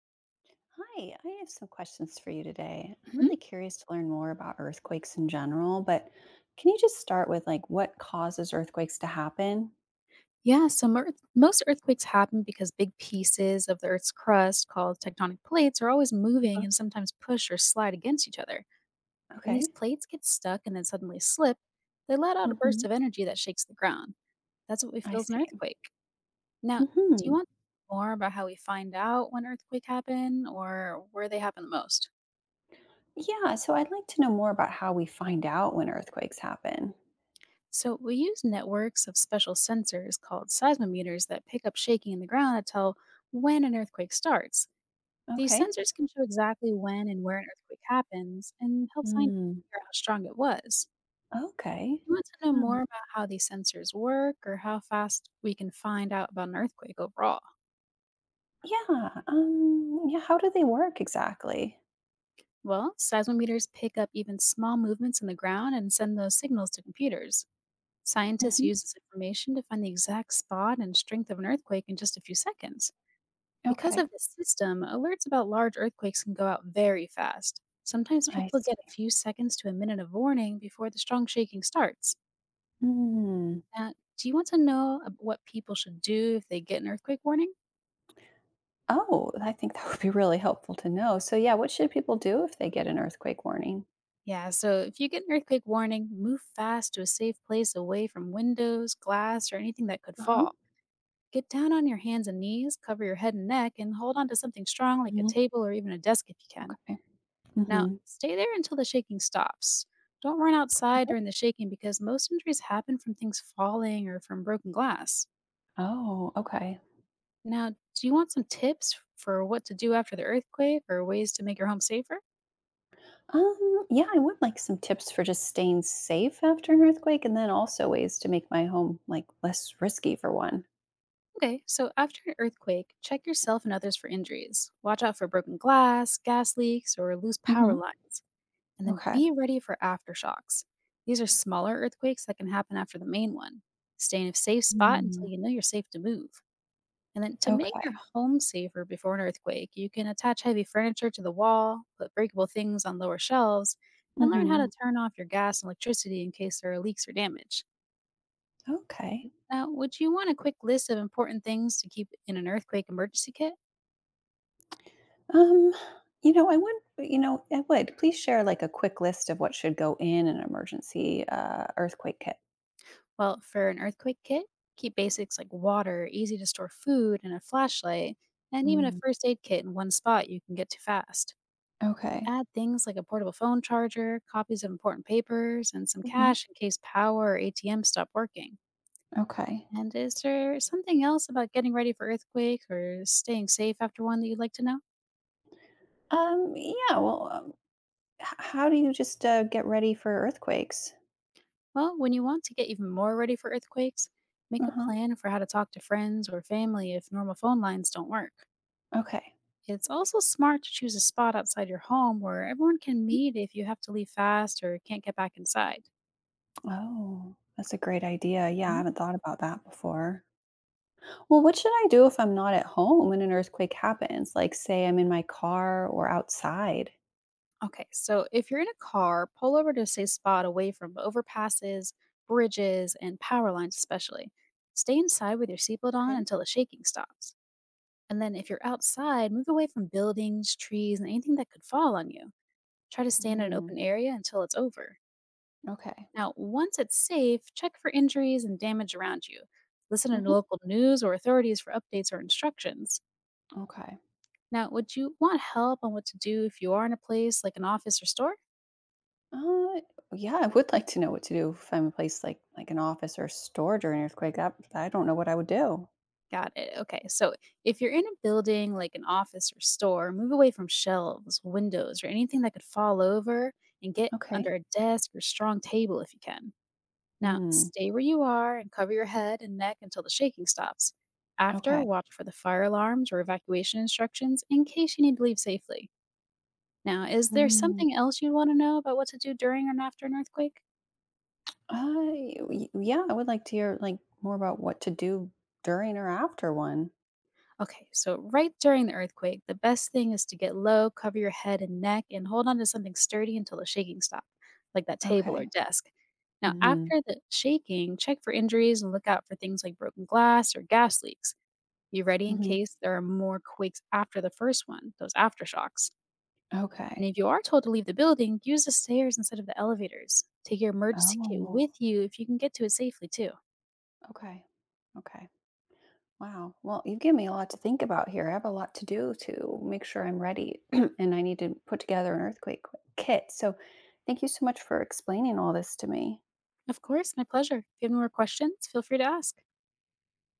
Hi, I have some questions for you today. I'm Mhm. really curious to learn more about earthquakes in general, but can you just start with like what causes earthquakes to happen? Yeah, so most earthquakes happen because big pieces of the Earth's crust, called tectonic plates, are always moving Mhm. and sometimes push or slide against each other. When these Okay. plates get stuck and then suddenly slip, they let out a burst Hmm. of energy that shakes the ground. That's what we I feel as an see. earthquake. Now, do you Hmm. want more about how we find out when earthquakes happen or where they happen the most? Yeah, so I'd like to know more about how we find out when earthquakes happen. So, we use networks of special sensors called seismometers that pick up shaking in the ground to tell when an earthquake starts. These Okay. sensors can show exactly when and where an earthquake happens and help scientists Mm, figure out how strong it was. okay. You want to know more Hmm. about how these sensors work or how fast we can find out about an earthquake overall? Yeah. How do they work exactly? Well, seismometers pick up even small movements in the ground and send those signals to computers. Scientists Hmm. use this information to find the exact spot and strength of an earthquake in just a few seconds. Because Okay. of this system, alerts about large earthquakes can go out very fast. Sometimes I people get a few seconds to a minute of warning before the strong shaking starts. see. Now, do you want to know what people should do if they get an earthquake warning? Oh, I think that would be really helpful to know. So, yeah, what should people do if they get an earthquake warning? Yeah, so if you get an earthquake warning, move fast to a safe place away from windows, glass, or anything that could Uh-huh. fall. Get down on your hands and knees, cover your head and neck, and hold on to something strong like a Hmm. table or even a desk if you can. Okay. Now, Hmm. stay there until the shaking stops. Don't run outside Mhm. during the shaking because most injuries happen from things falling or from broken glass. Oh, okay. Now, do you want some tips for what to do after the earthquake or ways to make your home safer? Yeah, I would like some tips for just staying safe after an earthquake, and then also ways to make my home like less risky for one. Okay, so after an earthquake, check yourself and others for injuries. Watch out for broken glass, gas leaks, or loose power Hmm. lines, and then Okay. be ready for aftershocks. These are smaller earthquakes that can happen after the main one. Stay in a safe spot until Mm, you know you're safe to move. And then to make your okay. home safer before an earthquake, you can attach heavy furniture to the wall, put breakable things on lower shelves, and learn how to Hmm. turn off your gas and electricity in case there are leaks or damage. Okay. Now, would you want a quick list of important things to keep in an earthquake emergency kit? Um, you know, I would, you know, I would. Please share like a quick list of what should go in an emergency earthquake kit. Well, for an earthquake kit, keep basics like water, easy to store food, and a flashlight, and even a Mm. first aid kit in one spot you can get to fast. Okay. Add things like a portable phone charger, copies of important papers, and some Mhm. cash in case power or ATM stop working. Okay. And is there something else about getting ready for earthquakes or staying safe after one that you'd like to know? Well, how do you just get ready for earthquakes? Well, when you want to get even more ready for earthquakes, make a Uh-huh. plan for how to talk to friends or family if normal phone lines don't work. Okay. It's also smart to choose a spot outside your home where everyone can meet if you have to leave fast or can't get back inside. Oh, that's a great idea. Yeah, I Mhm. haven't thought about that before. Well, what should I do if I'm not at home when an earthquake happens? Like, say I'm in my car or outside. Okay, so if you're in a car, pull over to a safe spot away from overpasses, bridges, and power lines, especially. Stay inside with your seatbelt on Okay. until the shaking stops. And then if you're outside, move away from buildings, trees, and anything that could fall on you. Try to stand in an Mm, open area until it's over. okay. Now, once it's safe, check for injuries and damage around you. Listen to Hmm. local news or authorities for updates or instructions. Okay. Now, would you want help on what to do if you are in a place like an office or store? Uh, yeah, I would like to know what to do if I'm in a place like an office or a store during an earthquake. That, I don't know what I would do. Got it. Okay. So, if you're in a building like an office or store, move away from shelves, windows, or anything that could fall over and get Okay. under a desk or strong table if you can. Now, Mm, stay where you are and cover your head and neck until the shaking stops. After, okay. watch for the fire alarms or evacuation instructions in case you need to leave safely. Now, is there Mm, something else you'd want to know about what to do during and after an earthquake? I y Yeah, I would like to hear, like, more about what to do during or after one. Okay, so right during the earthquake, the best thing is to get low, cover your head and neck, and hold on to something sturdy until the shaking stops, like that table Okay. or desk. Now, Mhm. after the shaking, check for injuries and look out for things like broken glass or gas leaks. Be ready in Mhm. case there are more quakes after the first one, those aftershocks. And Okay. if you are told to leave the building, use the stairs instead of the elevators. Take your emergency kit Oh, with you if you can get to it safely, too. okay. Okay. Wow. Well, you've given me a lot to think about here. I have a lot to do to make sure I'm ready, and I need to put together an earthquake kit. So, thank you so much for explaining all this to me. Of course, my pleasure. If you have any more questions, feel free to ask.